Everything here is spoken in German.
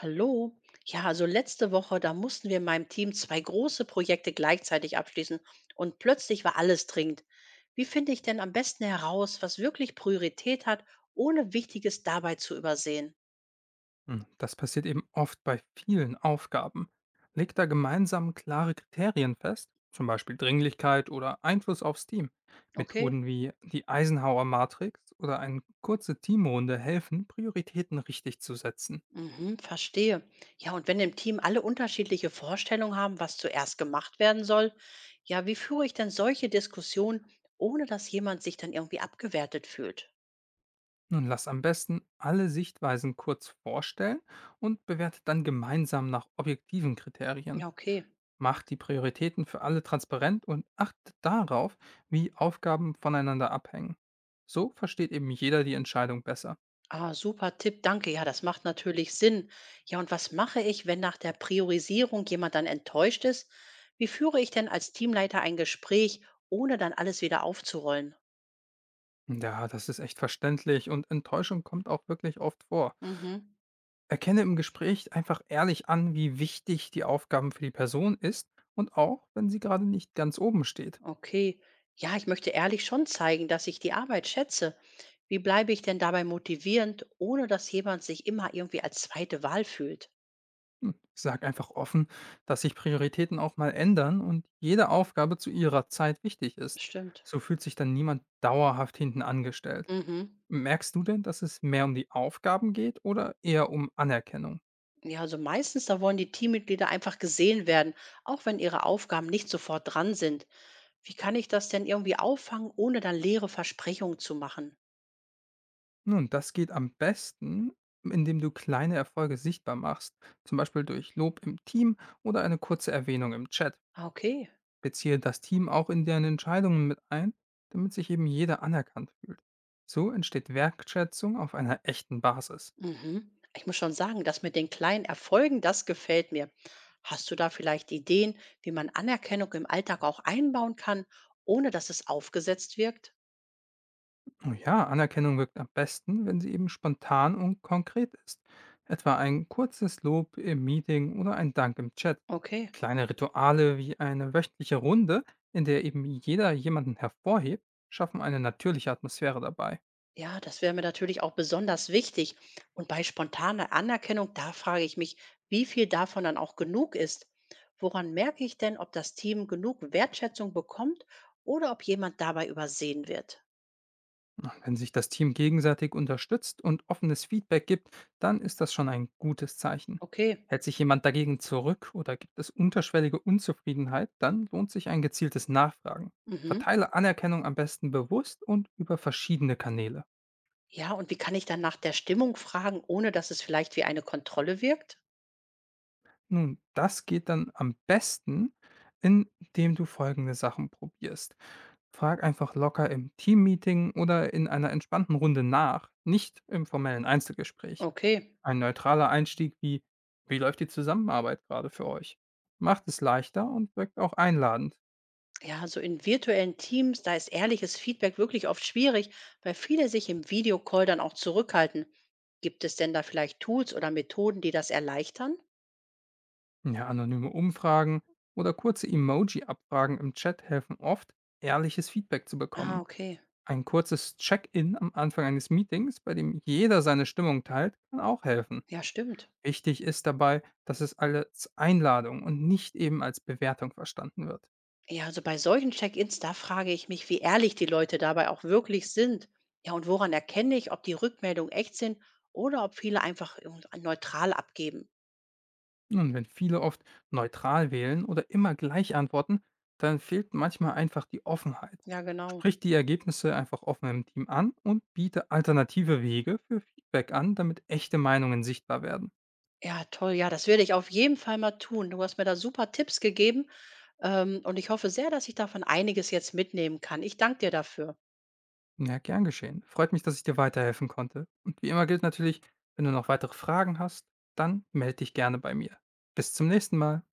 Hallo. Ja, also letzte Woche, da mussten wir in meinem Team zwei große Projekte gleichzeitig abschließen und plötzlich war alles dringend. Wie finde ich denn am besten heraus, was wirklich Priorität hat, ohne Wichtiges dabei zu übersehen? Das passiert eben oft bei vielen Aufgaben. Legt da gemeinsam klare Kriterien fest, zum Beispiel Dringlichkeit oder Einfluss aufs Team. Okay. Methoden wie die Eisenhower Matrix oder eine kurze Teamrunde helfen, Prioritäten richtig zu setzen. Mhm, verstehe. Ja, und wenn im Team alle unterschiedliche Vorstellungen haben, was zuerst gemacht werden soll, ja, wie führe ich denn solche Diskussionen, ohne dass jemand sich dann irgendwie abgewertet fühlt? Nun lass am besten alle Sichtweisen kurz vorstellen und bewertet dann gemeinsam nach objektiven Kriterien. Ja, okay. Macht die Prioritäten für alle transparent und achtet darauf, wie Aufgaben voneinander abhängen. So versteht eben jeder die Entscheidung besser. Ah, super Tipp, danke. Ja, das macht natürlich Sinn. Ja, und was mache ich, wenn nach der Priorisierung jemand dann enttäuscht ist? Wie führe ich denn als Teamleiter ein Gespräch, ohne dann alles wieder aufzurollen? Ja, das ist echt verständlich und Enttäuschung kommt auch wirklich oft vor. Mhm, Erkenne im Gespräch einfach ehrlich an, wie wichtig die Aufgaben für die Person ist und auch, wenn sie gerade nicht ganz oben steht. okay. Ja, ich möchte ehrlich schon zeigen, dass ich die Arbeit schätze. Wie bleibe ich denn dabei motivierend, ohne dass jemand sich immer irgendwie als zweite Wahl fühlt? Sag einfach offen, dass sich Prioritäten auch mal ändern und jede Aufgabe zu ihrer Zeit wichtig ist. Stimmt. So fühlt sich dann niemand dauerhaft hinten angestellt. Mhm. Merkst du denn, dass es mehr um die Aufgaben geht oder eher um Anerkennung? Ja, also meistens, da wollen die Teammitglieder einfach gesehen werden, auch wenn ihre Aufgaben nicht sofort dran sind. Wie kann ich das denn irgendwie auffangen, ohne dann leere Versprechungen zu machen? Nun, das geht am besten, indem du kleine Erfolge sichtbar machst, zum Beispiel durch Lob im Team oder eine kurze Erwähnung im Chat. Ah, okay. Beziehe das Team auch in deren Entscheidungen mit ein, damit sich eben jeder anerkannt fühlt. So entsteht Wertschätzung auf einer echten Basis. Mhm. Ich muss schon sagen, das mit den kleinen Erfolgen, das gefällt mir. Hast du da vielleicht Ideen, wie man Anerkennung im Alltag auch einbauen kann, ohne dass es aufgesetzt wirkt? Oh ja, Anerkennung wirkt am besten, wenn sie eben spontan und konkret ist. Etwa ein kurzes Lob im Meeting oder ein Dank im Chat. Okay. Kleine Rituale wie eine wöchentliche Runde, in der eben jeder jemanden hervorhebt, schaffen eine natürliche Atmosphäre dabei. Ja, das wäre mir natürlich auch besonders wichtig. Und bei spontaner Anerkennung, da frage ich mich, wie viel davon dann auch genug ist. Woran merke ich denn, ob das Team genug Wertschätzung bekommt oder ob jemand dabei übersehen wird? Wenn sich das Team gegenseitig unterstützt und offenes Feedback gibt, dann ist das schon ein gutes Zeichen. Okay. Hält sich jemand dagegen zurück oder gibt es unterschwellige Unzufriedenheit, dann lohnt sich ein gezieltes Nachfragen. Mhm. Verteile Anerkennung am besten bewusst und über verschiedene Kanäle. Ja, und wie kann ich dann nach der Stimmung fragen, ohne dass es vielleicht wie eine Kontrolle wirkt? Nun, das geht dann am besten, indem du folgende Sachen probierst. Frag einfach locker im Teammeeting oder in einer entspannten Runde nach, nicht im formellen Einzelgespräch. Okay. Ein neutraler Einstieg wie „Wie läuft die Zusammenarbeit gerade für euch?“ macht es leichter und wirkt auch einladend. Ja, so in virtuellen Teams, da ist ehrliches Feedback wirklich oft schwierig, weil viele sich im Videocall dann auch zurückhalten. Gibt es denn da vielleicht Tools oder Methoden, die das erleichtern? Ja, anonyme Umfragen oder kurze Emoji-Abfragen im Chat helfen oft, ehrliches Feedback zu Ah, bekommen. okay. Ein kurzes Check-in am Anfang eines Meetings, bei dem jeder seine Stimmung teilt, kann auch helfen. Ja, stimmt. Wichtig ist dabei, dass es als Einladung und nicht eben als Bewertung verstanden wird. Ja, also bei solchen Check-ins, da frage ich mich, wie ehrlich die Leute dabei auch wirklich sind. Ja, und woran erkenne ich, ob die Rückmeldungen echt sind oder ob viele einfach neutral abgeben? Nun, wenn viele oft neutral wählen oder immer gleich antworten, dann fehlt manchmal einfach die Offenheit. Ja, genau. Sprich die Ergebnisse einfach offen im Team an und biete alternative Wege für Feedback an, damit echte Meinungen sichtbar werden. Ja, toll. Ja, das werde ich auf jeden Fall mal tun. Du hast mir da super Tipps gegeben. Und ich hoffe sehr, dass ich davon einiges jetzt mitnehmen kann. Ich danke dir dafür. Ja, gern geschehen. Freut mich, dass ich dir weiterhelfen konnte. Und wie immer gilt natürlich, wenn du noch weitere Fragen hast, dann melde dich gerne bei mir. Bis zum nächsten Mal.